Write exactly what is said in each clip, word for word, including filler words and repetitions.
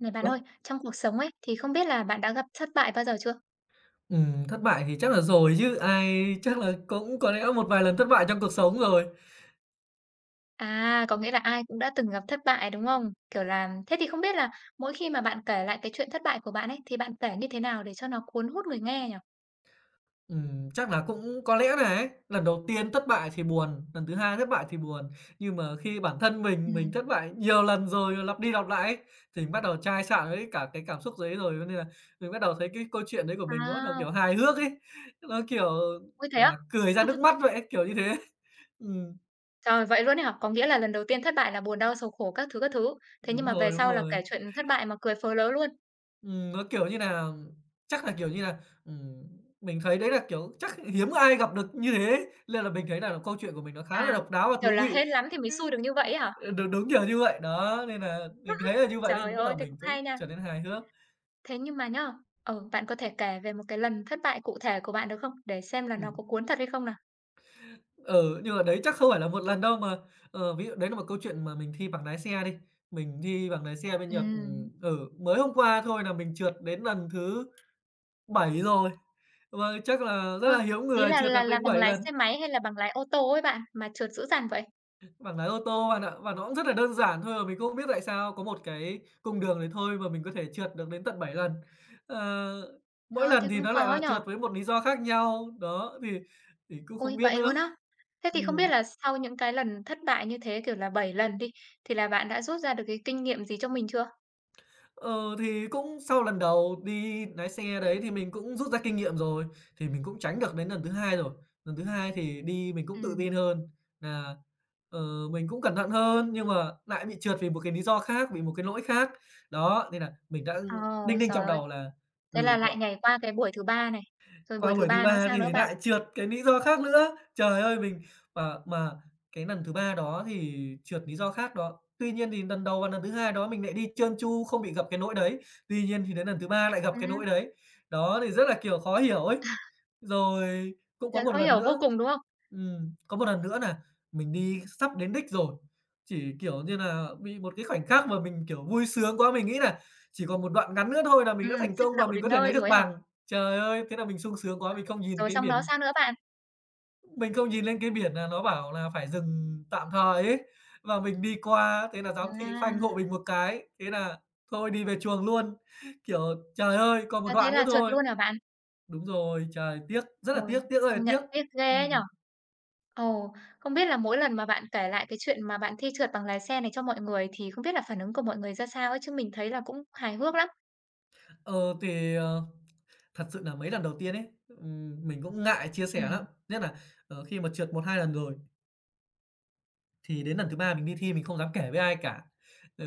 Này bạn Ơ, ơi, trong cuộc sống ấy thì không biết là bạn đã gặp thất bại bao giờ chưa? Ừm, thất bại thì chắc là rồi chứ, ai chắc là cũng có lẽ một vài lần thất bại trong cuộc sống rồi. À, có nghĩa là ai cũng đã từng gặp thất bại, đúng không? Kiểu là thế thì không biết là mỗi khi mà bạn kể lại cái chuyện thất bại của bạn ấy thì bạn kể như thế nào để cho nó cuốn hút người nghe nhỉ? Ừm, chắc là cũng có lẽ nà ấy, lần đầu tiên thất bại thì buồn, lần thứ hai thất bại thì buồn, nhưng mà khi bản thân mình mình Ừm. thất bại nhiều lần rồi, rồi lặp đi lặp lại ấy, thì mình bắt đầu chai sạn với cả cái cảm xúc đấy rồi, cho nên là mình bắt đầu thấy cái câu chuyện đấy của mình nó bắt đầu, À, kiểu, hài hước ấy, nó, kiểu, ôi thế gọi á? là, cười ra nước mắt vậy ấy, kiểu như thế. Ừm, Trời, vậy luôn ấy hả? Có nghĩa là lần đầu tiên thất bại là buồn đau, sầu khổ các thứ các thứ. Thế nhưng Đúng mà về rồi, đúng sau là kể rồi. chuyện thất bại mà cười phớ lớ luôn. Ừm, nó, kiểu như nà, chắc là, kiểu như nà, ừm, mình thấy đấy là, kiểu, chắc hiếm ai gặp được như thế nên là mình thấy là câu chuyện của mình nó khá là À, độc đáo và thú kiểu là hên vị. lắm thì mới xui được như vậy ấy hả? Ờ, đúng, đúng kiểu như vậy, đó, nên là mình thấy là như vậy nên Trời là bắt ơi, đầu thế mình cũng hay cũng nha. trở nên hài hước. Thế nhưng mà nhá, ừ, bạn có thể kể về một cái lần thất bại cụ thể của bạn được không? Để xem là nó Ừm, có cuốn thật hay không nào? ừ, nhưng mà đấy chắc không phải là một lần đâu mà, ờ, ví dụ đấy là một câu chuyện mà mình thi bằng lái xe đi, mình thi bằng lái xe bên Nhật, ừm, Ừm. ừ, mới hôm qua thôi là mình trượt đến lần thứ bảy rồi, và chắc là rất Thôi, là hiếm ý người là trượt là được là đến bằng bảy lái lần. xe máy hay là bằng lái ô tô ấy bạn, mà trượt dữ dằn vậy? Bảng lái ô tô bạn ạ. Và nó cũng rất là đơn giản thôi, mà mình cũng không biết tại sao có một cái cung đường đấy thôi mà mình có thể trượt được đến tận bảy lần. Ờ, Mỗi Thôi, lần thế thì cũng nó lại khó là nhở. trượt với một lý do khác nhau, đó, thì thì cũng Ôi, không biết vậy nữa. luôn á? Thế thì Ừm. không biết là sau những cái lần thất bại như thế, kiểu là bảy lần đi, thì là bạn đã rút ra được cái kinh nghiệm gì cho mình chưa? Ừ, thì cũng sau lần đầu đi lái xe đấy thì mình cũng rút ra kinh nghiệm rồi, thì mình cũng tránh được đến lần thứ hai rồi. Lần thứ hai thì đi mình Ừ. cũng tự tin hơn là ờ, mình cũng cẩn thận hơn, nhưng mà lại bị trượt vì một cái lý do khác, vì một cái lỗi khác. Đó, nên là mình đã Ồ, đinh ninh trời trong ơi, đầu là, ừ, thế là lại nhảy qua cái buổi thứ ba này, rồi buổi qua thứ buổi thứ ba nó ba sao nữa thì bạn? lại trượt cái lý do khác nữa. Trời ơi, mình mà mà cái lần thứ ba đó thì trượt lý do khác đó. Tuy nhiên thì lần đầu và lần thứ hai đó mình lại đi trơn tru, không bị gặp cái lỗi đấy. Tuy nhiên thì đến lần thứ ba lại gặp cái Ừ, lỗi đấy. Đó, thì rất là, kiểu, khó hiểu ấy. Rồi cũng có thế một khó lần hiểu vô nữa, cùng, đúng không? ừm, có một lần nữa nà mình đi sắp đến đích rồi, chỉ, kiểu như nà, bị một cái khoảnh khắc mà mình, kiểu, vui sướng quá, mình nghĩ nà chỉ còn một đoạn ngắn nữa thôi là Ừ, mình đã thành sắp công và đậu mình đến có thể nơi lấy được rồi ấy hả? bằng. Trời ơi, thế là mình sung sướng quá, À, mình không nhìn rồi cái xong đó biển sao nữa bạn? mình không nhìn lên cái biển nà nó bảo là phải dừng tạm thời ấy, và mình đi qua, thế là giám thị phanh hộ À, mình một cái, thế là thôi đi về chuồng luôn. Kiểu, trời ơi, còn một à, thế đoạn nữa là trượt thôi. luôn hả bạn? Đúng rồi, trời, tiếc, rất là Ôi, tiếc, tiếc ơi là công nhận tiếc. tiếc ghê ấy nhỉ? Ừm, Ồ, không biết là mỗi lần mà bạn kể lại cái chuyện mà bạn thi trượt bằng lái xe này cho mọi người thì không biết là phản ứng của mọi người ra sao ấy, chứ mình thấy là cũng hài hước lắm. ờ, thì, ờ, Thật sự nà mấy lần đầu tiên ấy, ừm, mình cũng ngại chia sẻ lắm, Ừm. nhất nà, ờ, khi mà trượt một hai lần rồi thì đến lần thứ ba mình đi thi mình không dám kể với ai cả. Ừ,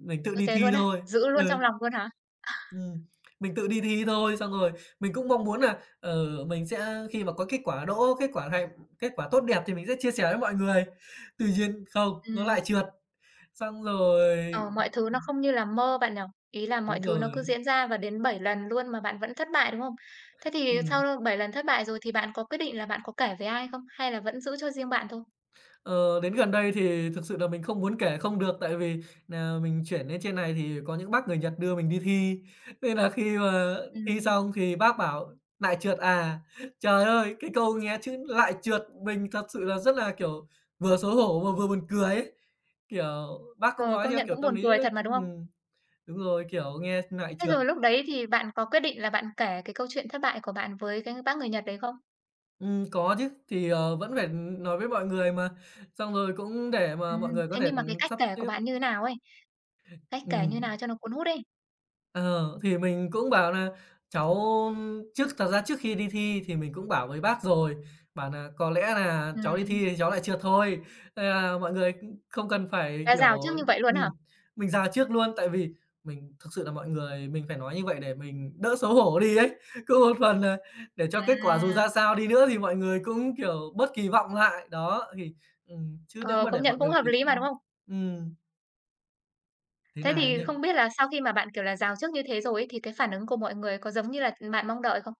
mình tự Ơ, đi thế thi luôn á? thôi. Giữ Ừ, luôn trong lòng luôn hả? ừm, mình tự đi thi thôi, xong rồi mình cũng mong muốn nà, ờ, mình sẽ khi mà có kết quả đỗ, kết quả hay kết quả tốt đẹp thì mình sẽ chia sẻ với mọi người. Tuy nhiên không, nó Ừm, lại trượt, xong rồi. ờ, mọi thứ nó không như là mơ bạn nhỉ? Ý là mọi Đúng thứ nó cứ rồi. diễn ra và đến bảy lần luôn mà bạn vẫn thất bại, đúng không? Thế thì Ừm. sau bảy lần thất bại rồi thì bạn có quyết định là bạn có kể với ai không? Hay là vẫn giữ cho riêng bạn thôi? Ờ, Đến gần đây thì thực sự là mình không muốn kể không được, tại vì nà mình chuyển lên trên này thì có những bác người Nhật đưa mình đi thi, nên là khi mà thi Ừm. xong thì bác bảo "Lại trượt à?" Trời ơi, cái câu nghe chữ "lại trượt" mình thật sự là rất là, kiểu, vừa xấu hổ mà vừa buồn cười ấy. Kiểu, bác cũng Ờ, nói công theo nhận kiểu cũng tâm buồn lý cười nó thật mà, đúng không? ừm, Đúng rồi, kiểu, nghe "lại Thế trượt" rồi lúc đấy thì bạn có quyết định là bạn kể cái câu chuyện thất bại của bạn với cái bác người Nhật đấy không? ừm, Có chứ, thì, ờ, vẫn phải nói với mọi người mà, xong rồi cũng để mà mọi Ừm, người có thế thể, nhưng mà cái cách sắp kể của xếp bạn như thế nào ấy? Cách kể như nào ừm. cho nó cuốn hút ấy? Ờ, thì mình cũng bảo là cháu, trước thật ra trước khi đi thi thì mình cũng bảo với bác rồi, bảo nà có lẽ là cháu đi Ừm. thi thì cháu lại trượt thôi, nên là mọi người cũng không cần phải, Đã kiểu rào trước như vậy luôn ừm, hả? mình rà trước luôn. Tại vì mình thực sự là mọi người mình phải nói như vậy để mình đỡ xấu hổ đi ấy. Cũng một phần nà để cho kết quả dù À, ra sao đi nữa thì mọi người cũng, kiểu, bớt kỳ vọng lại. Đó, thì ừm, chứ nếu ờ, mà để công nhận mọi cũng người hợp kỳ lý mà, đúng không? ừm, thế Thế là thì không nh biết là sau khi mà bạn, kiểu là, rào trước như thế rồi ấy, thì cái phản ứng của mọi người có giống như là bạn mong đợi không?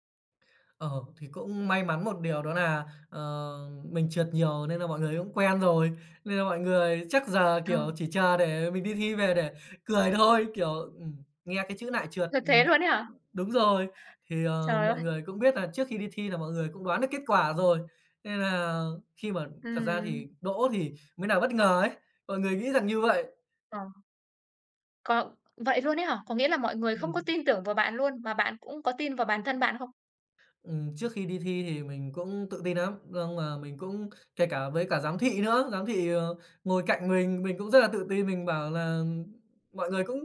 Ờ, thì cũng may mắn một điều đó là, ờ, mình trượt nhiều nên là mọi người cũng quen rồi, nên là mọi người chắc giờ, Ờ, kiểu, chỉ chờ để mình đi thi về để cười thôi, kiểu, ừm, nghe cái chữ lại trượt", thật thế ừm, luôn ấy hả? đúng rồi, thì, ờ, Trời mọi ơi! người cũng biết là trước khi đi thi là mọi người cũng đoán được kết quả rồi, nên là khi mà thật ra Ừm, thì đỗ thì mới là bất ngờ ấy, mọi người nghĩ rằng như vậy. ờ, có vậy luôn ấy hả? Có nghĩa là mọi người không có Ừm. tin tưởng vào bạn luôn, mà bạn cũng có tin vào bản thân bạn không? Ừm, trước khi đi thi thì mình cũng tự tin lắm, nhưng mà mình cũng kể cả với cả giám thị nữa, giám thị, ờ, ngồi cạnh mình, mình cũng rất là tự tin, mình bảo là mọi người cũng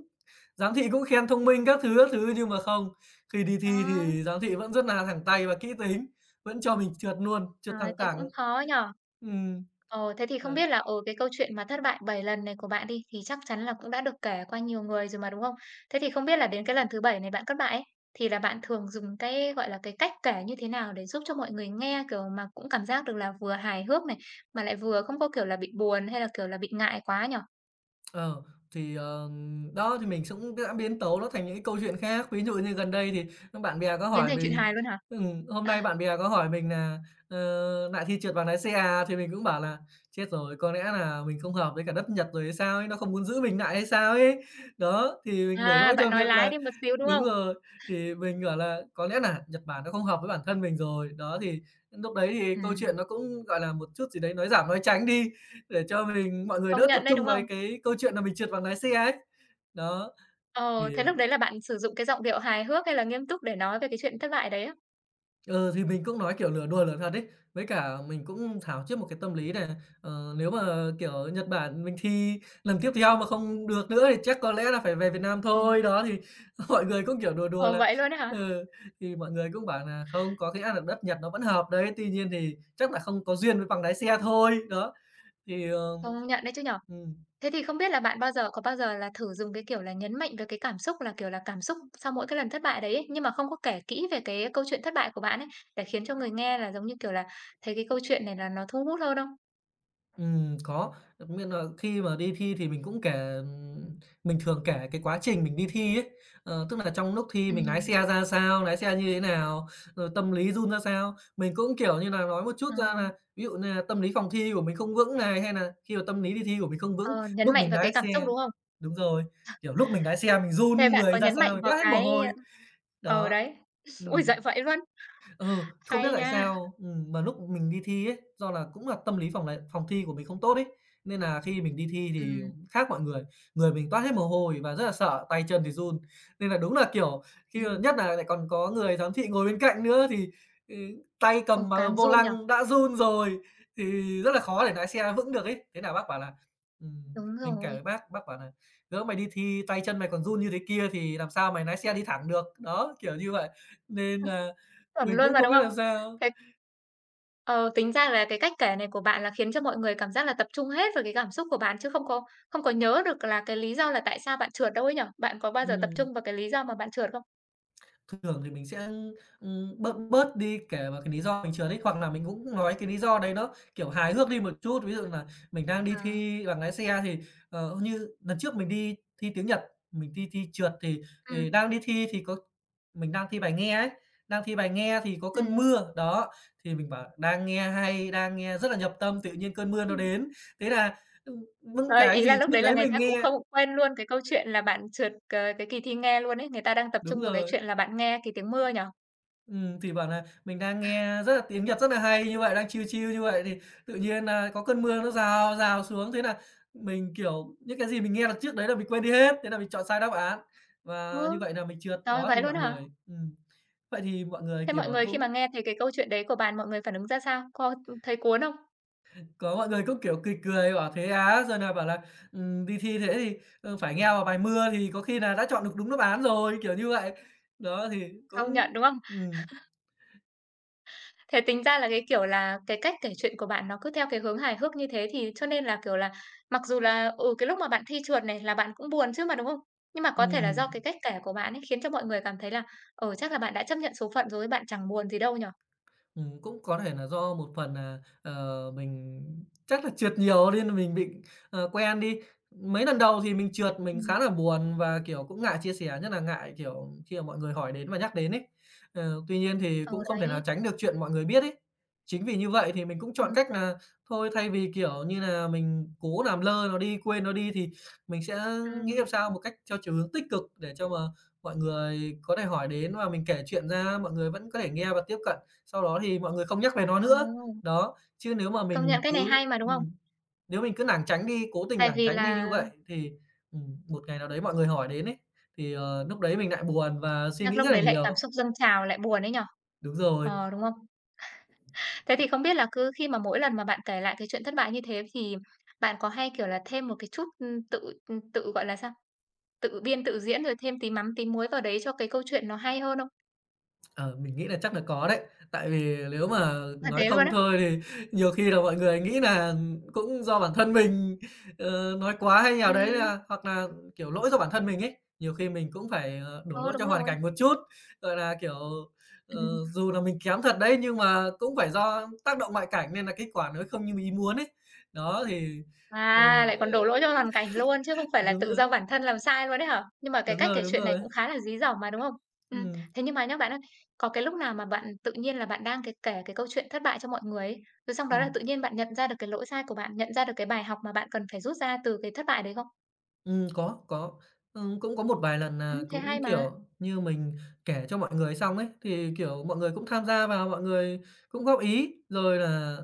giám thị cũng khen thông minh các thứ, các thứ, nhưng mà không, khi đi Ờ, thi thì giám thị vẫn rất là thẳng tay và kỹ tính, vẫn cho mình trượt luôn, trượt trời, thẳng thế cũng cẳng. khó nhỉ? Ừm, Ờ, thế thì không biết là, ở cái câu chuyện mà thất bại bảy lần này của bạn đi, thì chắc chắn là cũng đã được kể qua nhiều người rồi mà, đúng không? Thế thì không biết là đến cái lần thứ bảy này bạn thất bại ấy, thì là bạn thường dùng cái, gọi là, cái cách kể như thế nào để giúp cho mọi người nghe, kiểu, mà cũng cảm giác được là vừa hài hước này, mà lại vừa không có, kiểu là, bị buồn hay là, kiểu là, bị ngại quá nhỉ? Ờ, thì, ờ, Đó, thì mình sẽ cũng đã biến tấu nó thành những cái câu chuyện khác. Ví dụ như gần đây thì bạn bè có Biến hỏi thành chuyện mình hài luôn hả? ừm, hôm nay bạn bè có hỏi mình là "Ờ, lại thi trượt bằng lái xe à?" Thì mình cũng bảo là "Chết rồi, có lẽ là mình không hợp với cả đất Nhật rồi hay sao ấy, nó không muốn giữ mình lại hay sao ấy." Đó, thì mình đổ À, lỗi bạn cho nói việc lái là đi một xíu, đúng đúng không? rồi, thì mình bảo là có lẽ là Nhật Bản nó không hợp với bản thân mình rồi. Đó, thì lúc đấy thì câu Ừm, chuyện nó cũng, gọi là, một chút gì đấy nói giảm nói tránh đi. Để cho mình mọi người công đỡ nhận tập đấy, trung đúng không? với cái câu chuyện là mình trượt bằng lái xe ấy. Đó, thì Ờ, thế lúc đấy là bạn sử dụng cái giọng điệu hài hước hay là nghiêm túc để nói về cái chuyện thất bại đấy á? ừ, thì mình cũng nói, kiểu, nửa đùa nửa thật ấy, với cả mình cũng thảo trước một cái tâm lý này ờ, Nếu mà, kiểu, Nhật Bản mình thi lần tiếp theo mà không được nữa thì chắc có lẽ là phải về Việt Nam Ừm. thôi. Đó, thì mọi người cũng, kiểu, đùa đùa Ờ, là vậy luôn á hả? ừ, thì mọi người cũng bảo là "Không, có cái ăn ở đất Nhật nó vẫn hợp đấy, tuy nhiên thì chắc là không có duyên với bằng lái xe thôi." Đó, thì, ờ Công nhận đấy chứ nhỉ? ừm. Thế thì không biết là bạn bao giờ có bao giờ là thử dùng cái, kiểu là, nhấn mạnh về cái cảm xúc là, kiểu là, cảm xúc sau mỗi cái lần thất bại đấy ấy, nhưng mà không có kể kỹ về cái câu chuyện thất bại của bạn ấy, để khiến cho người nghe là, giống như kiểu là, thấy cái câu chuyện này là nó thu hút hơn không? Ừm, có, đặc biệt là khi mà đi thi thì mình cũng kể, ừm, mình thường kể cái quá trình mình đi thi ấy. Ờ, tức là trong lúc thi mình lái xe Ừm, ra sao, lái xe như thế nào, rồi tâm lý run ra sao. Mình cũng, kiểu như là, nói một chút ờ. ra là ví dụ như là tâm lý phòng thi của mình không vững này, hay là khi mà tâm lý đi thi của mình không vững, Ờ, nhấn lúc mạnh mình vào lái cái cảm xúc, xe đúng không? đúng rồi, kiểu, lúc mình lái xe mình run Thế bạn có người ra nhấn mạnh sao, mình vào toát hết mồ cái hôi, ờ, đó. đấy. Ui Ừm. dạy vậy luôn, Ừ, không biết hay tại nha! sao, ừm, mà lúc mình đi thi ấy, do là cũng là tâm lý phòng này phòng thi của mình không tốt ấy, nên là khi mình đi thi Ừm, thì ừm. khác mọi người, người mình toát hết mồ hôi và rất là sợ, tay chân thì run. Nên là đúng là, kiểu, Ừ. khi mà nhất là lại còn có người giám thị ngồi bên cạnh nữa thì, ừ, tay cầm Ồ, mà càng vô run nhở. lăng đã run rồi thì rất là khó để lái xe vững được ấy. Thế là bác bảo là, ừm, Đúng mình kể với rồi. bác, bác bảo là "Lỡ mày đi thi tay chân mày còn run như thế kia thì làm sao mày lái xe đi thẳng được." Đó, kiểu như vậy. Nên là Chuẩn mình luôn cũng mà, không đúng biết không? làm sao. Cái ờ, Tính ra là cái cách kể này của bạn là khiến cho mọi người cảm giác là tập trung hết vào cái cảm xúc của bạn chứ không có không có nhớ được là cái lý do là tại sao bạn trượt đâu ấy nhở. Bạn có bao giờ tập Ừm, trung vào cái lý do mà bạn trượt không? Thường thì mình sẽ, ừm, bớt bớt đi kể vào cái lý do mình trượt ấy, hoặc là mình cũng nói cái lý do đấy nó, kiểu, hài hước đi một chút. Ví dụ là mình đang Ờ. đi thi bằng lái xe thì, ờ, như lần trước mình đi thi tiếng Nhật, mình thi thi trượt thì Ừm. thì đang đi thi thì có mình đang thi bài nghe ấy, đang thi bài nghe thì có cơn Ừm. mưa, đó, thì mình bảo đang nghe hay, đang nghe rất là nhập tâm, tự nhiên cơn mưa nó Ừm. đến. Thế là, ừm, những Trời, cái ý là gì lúc trước đấy là đấy người mình ta cũng nghe không quên luôn cái câu chuyện là bạn trượt cái cái kỳ thi nghe luôn ấy, người ta đang tập đúng trung vào cái rồi. chuyện là bạn nghe cái tiếng mưa nhở. Ừm, thì bảo là mình đang nghe rất là tiếng Nhật rất là hay như vậy, đang chill chill như vậy thì tự nhiên là có cơn mưa nó rào rào xuống, thế là mình, kiểu, những cái gì mình nghe được trước đấy là mình quên đi hết, thế là mình chọn sai đáp án và như Ừ. vậy là mình trượt. Rồi Đó, thì vậy luôn mọi hả? người ừm, vậy thì mọi người, Thế mọi kiểu, người khi cũng mà nghe thấy cái câu chuyện đấy của bạn, mọi người phản ứng ra sao? Có thấy cuốn không? có mọi người cũng, kiểu, cười cười bảo thế á, rồi là bảo là, ừm, đi thi thế thì, ờ, phải nghe vào bài mưa thì có khi là đã chọn được đúng đáp án rồi, kiểu như vậy. Đó, thì cũng Không nhận, đúng không? ừm, Thế tính ra là cái, kiểu là, cái cách kể chuyện của bạn nó cứ theo cái hướng hài hước như thế thì cho nên là, kiểu là, mặc dù là, ừ, cái lúc mà bạn thi trượt này là bạn cũng buồn chứ mà, đúng không? Nhưng mà có thể là do ừm. cái cách kể của bạn ấy khiến cho mọi người cảm thấy là, ừ, chắc là bạn đã chấp nhận số phận rồi, bạn chẳng buồn gì đâu nhỉ? Ừm, cũng có thể là do một phần nà, ờ, mình chắc là trượt nhiều nên mình bị, ờ, quen đi. Mấy lần đầu thì mình trượt mình Ừm. khá là buồn và, kiểu, cũng ngại chia sẻ, nhất là ngại, kiểu, khi mà mọi người hỏi đến và nhắc đến ấy. Ờ, tuy nhiên thì Ừ, cũng không đấy. thể nào tránh được chuyện mọi người biết ấy. Chính vì như vậy thì mình cũng chọn cách là thôi thay vì, kiểu như là mình cố làm lơ nó đi, quên nó đi thì mình sẽ nghĩ làm Ừm, sao một cách theo chiều hướng tích cực để cho mà mọi người có thể hỏi đến và mình kể chuyện ra, mọi người vẫn có thể nghe và tiếp cận. Sau đó thì mọi người không nhắc về nó ờ, nữa. Đó, chứ nếu mà công nhận mình cái này cứ hay mà, đúng không? ừm, nếu mình cứ lảng tránh đi, cố tình Tại lảng vì tránh đi như là vậy thì, ừm, một ngày nào đấy mọi người hỏi đến ấy, thì, ờ, núc đấy mình lại buồn và suy chắc nghĩ lúc rất là đấy lại nhiều. cảm xúc dâng trào, lại buồn ấy nhỉ? Đúng rồi. Ờ, đúng không? Thế thì không biết là cứ khi mà mỗi lần mà bạn kể lại cái chuyện thất bại như thế thì bạn có hay, kiểu là, thêm một cái chút, ưm, tự, ừm, tự, gọi là sao, tự biên tự diễn rồi thêm tí mắm tí muối vào đấy cho cái câu chuyện nó hay hơn không? Ờ, mình nghĩ là chắc là có đấy. Tại vì nếu mà Là nói thế luôn không á? thôi thì nhiều khi là mọi người nghĩ là cũng do bản thân mình, ờ, nói quá hay nào đấy Ừ, là hoặc là, kiểu, lỗi do bản thân mình ấy. Nhiều khi mình cũng phải, ờ, đổ ờ, lỗi đúng cho hoàn rồi. cảnh một chút, gọi là, kiểu, ờ, dù là mình kém thật đấy, nhưng mà cũng phải do tác động ngoại cảnh nên là kết quả nó không như mình ý muốn ấy. Đó, thì ừ, À, lại còn đổ lỗi cho hoàn cảnh luôn chứ không phải là đúng tự rồi, do bản thân làm sai luôn đấy hả? Nhưng mà cái đúng cách rồi, kể đúng chuyện này rồi. cũng khá là dí dỏm mà, đúng không? Ừm, Ừm, thế nhưng mà nhá bạn ơi, có cái lúc nào mà bạn tự nhiên là bạn đang cái kể cái câu chuyện thất bại cho mọi người ấy, rồi xong đó là ừm. tự nhiên bạn nhận ra được cái lỗi sai của bạn, nhận ra được cái bài học mà bạn cần phải rút ra từ cái thất bại đấy không? Ừm, có, có. Ừm, cũng có một vài lần Ừm, nà thế hay cũng, mà. kiểu như, mình kể cho mọi người xong ấy, thì, kiểu, mọi người cũng tham gia vào, mọi người cũng góp ý, rồi là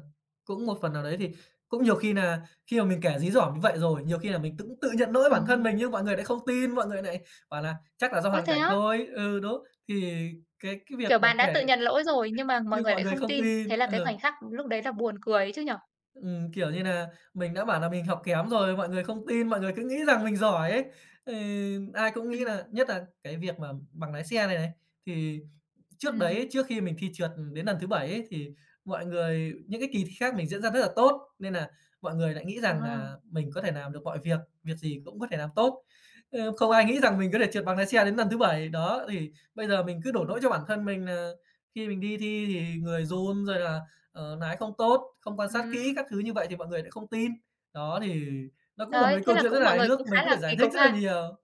cũng một phần nào đấy thì cũng nhiều khi nà khi mà mình kể dí dỏm như vậy rồi, nhiều khi là mình cũng tự nhận lỗi bản thân mình Ừm. nhưng mọi người lại không tin, mọi người nại bảo là "Chắc là do Ôi, hoàn thế cảnh á? thôi." Ừ, đó, thì cái cái việc Kiểu, mà bạn đã tự kể nhận lỗi rồi nhưng mà mọi nhưng người mọi lại người không không tin, tin. thế là cái Ờ. khoảnh khắc lúc đấy là buồn cười ấy chứ nhở? Ừm, kiểu như nà, mình đã bảo là mình học kém rồi, mọi người không tin, mọi người cứ nghĩ rằng mình giỏi ấy. Ờ, ai cũng nghĩ Ừm, là nhất là cái việc mà bằng lái xe này này, thì trước ừm. đấy, trước khi mình thi trượt đến lần thứ bảy ấy, thì mọi người những cái kỳ thi khác mình diễn ra rất là tốt, nên là mọi người lại nghĩ rằng À, là mình có thể làm được mọi việc, việc gì cũng có thể làm tốt. Ơ, không ai nghĩ rằng mình có thể trượt bằng lái xe đến lần thứ bảy. Đó, thì bây giờ mình cứ đổ ừm, lỗi cho bản thân mình nà khi mình đi thi thì người run, rồi là, ờ, lái không tốt, không quan sát kỹ ừm. các thứ như vậy thì mọi người lại không tin. Đó, thì nó cũng là Trời, mấy thế câu là chuyện rất cũng là mọi hài người cũng hước, mình khá cứ là phải giải kỳ thích cục rất là ha. nhiều.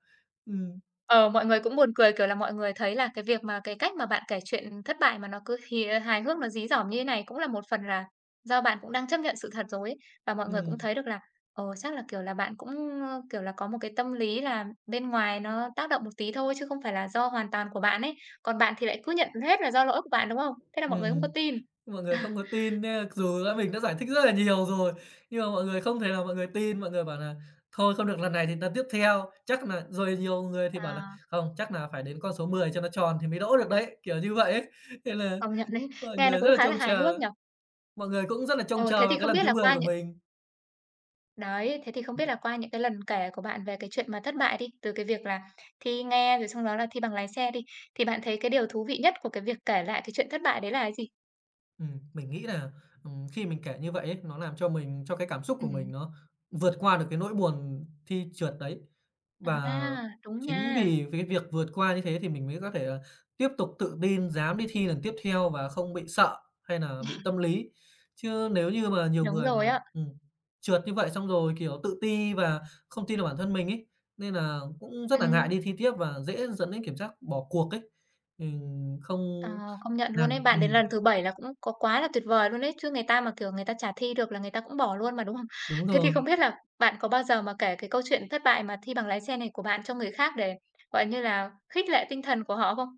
Ừm, Ờ, mọi người cũng buồn cười, kiểu là, mọi người thấy là cái việc mà cái cách mà bạn kể chuyện thất bại mà nó cứ hì hài hước, nó dí dỏm như thế này cũng là một phần là do bạn cũng đang chấp nhận sự thật rồi ấy. Và mọi người cũng ừm, thấy được là, ờ, chắc là, kiểu là, bạn cũng, ơ, kiểu là, có một cái tâm lý là bên ngoài nó tác động một tí thôi chứ không phải là do hoàn toàn của bạn ấy. Còn bạn thì lại cứ nhận hết là do lỗi của bạn, đúng không? Thế là mọi người không có ừm. tin. Mọi người không có tin nha, dù đã mình đã giải thích rất là nhiều rồi, nhưng mà mọi người không thể nào mọi người tin, mọi người bảo là "Thôi không được lần này thì lần tiếp theo." Chắc là rồi nhiều người thì bảo là À, "Không, chắc là phải đến con số mười cho nó tròn thì mới đỗ được đấy." Kiểu như vậy ấy, nên là công nhận đấy, mọi nghe nó người rất cũng là khá là trông hài hước chờ, nhỉ? mọi người cũng rất là trông Ờ, thế chờ thì vào cái không lần biết thứ là mười qua của những mình. Đấy, thế thì không biết là qua những cái lần kể của bạn về cái chuyện mà thất bại đi, từ cái việc là thi nghe rồi xong đó là thi bằng lái xe đi, thì bạn thấy cái điều thú vị nhất của cái việc kể lại cái chuyện thất bại đấy là cái gì? Ừm, mình nghĩ là, ừm, khi mình kể như vậy ấy, nó làm cho mình cho cái cảm xúc của Ừm. mình nó vượt qua được cái nỗi buồn thi trượt đấy. Và À, đúng chính nha, vì cái việc vượt qua như thế thì mình mới có thể là tiếp tục tự tin dám đi thi lần tiếp theo và không bị sợ hay là bị tâm lý. Chứ nếu như mà nhiều đúng người rồi là, á. ừm, trượt như vậy xong rồi, kiểu, tự ti và không tin vào bản thân mình ấy, nên là cũng rất là ngại Ừm, đi thi tiếp và dễ dẫn đến kiểm giác bỏ cuộc ấy. Ừm, không ờ, công nhận luôn làm ấy, được bạn đến ừm, lần thứ bảy là cũng có quá là tuyệt vời luôn ấy, chứ người ta mà, kiểu, người ta chả thi được là người ta cũng bỏ luôn mà, đúng không? đúng Thế thì rồi. không biết là bạn có bao giờ mà kể cái câu chuyện thất bại mà thi bằng lái xe này của bạn cho người khác để, gọi như là, khích lệ tinh thần của họ không?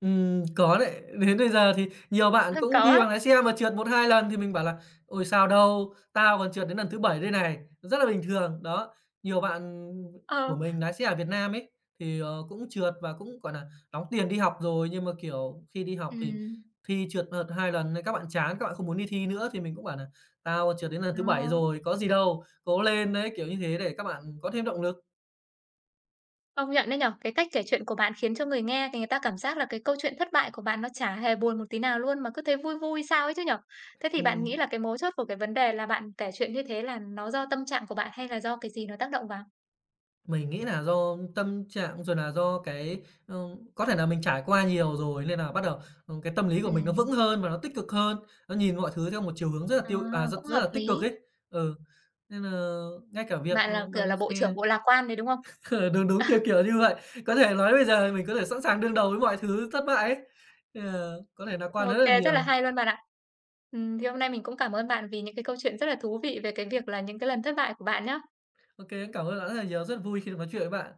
Ừm, có đấy. Đến bây giờ thì nhiều bạn cũng Có thi á, bằng lái xe mà trượt một hai lần thì mình bảo là "Ôi, sao đâu, tao còn trượt đến lần thứ bảy đây này", rất là bình thường. Đó, nhiều bạn của ờ, mình lái xe ở Việt Nam ấy, thì, ờ, cũng trượt và cũng, gọi là, đóng tiền đi học rồi, nhưng mà, kiểu, khi đi học thì ừm. thi trượt một, hai lần nên các bạn chán, các bạn không muốn đi thi nữa. Thì mình cũng bảo nà "Tao trượt đến lần Ờ, thứ bảy rồi, có gì đâu, cố lên" đấy, kiểu như thế để các bạn có thêm động lực. công nhận đấy nhở. Cái cách kể chuyện của bạn khiến cho người nghe thì người ta cảm giác là cái câu chuyện thất bại của bạn nó chả hề buồn một tí nào luôn mà cứ thấy vui vui sao ấy chứ nhở? Thế thì bạn nghĩ Ừm. là cái mấu chốt của cái vấn đề là bạn kể chuyện như thế là nó do tâm trạng của bạn hay là do cái gì nó tác động vào? Mình nghĩ là do tâm trạng rồi là do cái, ờ, có thể là mình trải qua nhiều rồi nên là bắt đầu, ờ, cái tâm lý của mình nó Ừm. vững hơn và nó tích cực hơn, nó nhìn mọi thứ theo một chiều hướng rất là À, tiêu à, cũng rất rất hợp là tích cực lý. ấy. Ừ, nên là ngay cả việc, Bạn là, ừm, bằng kiểu, lái là bộ trưởng xe bộ lạc quan đấy, đúng không? đúng, đúng, kiểu, kiểu như vậy. Có thể nói bây giờ mình có thể sẵn sàng đương đầu với mọi thứ thất bại ấy, nên có thể nà quan rất OK, là rất là nhiều. hay luôn bạn ạ. Ừm, thì hôm nay mình cũng cảm ơn bạn vì những cái câu chuyện rất là thú vị về cái việc là những cái lần thất bại của bạn nhá. OK kê, cảm ơn bạn rất là nhiều, rất vui khi được nói chuyện với bạn.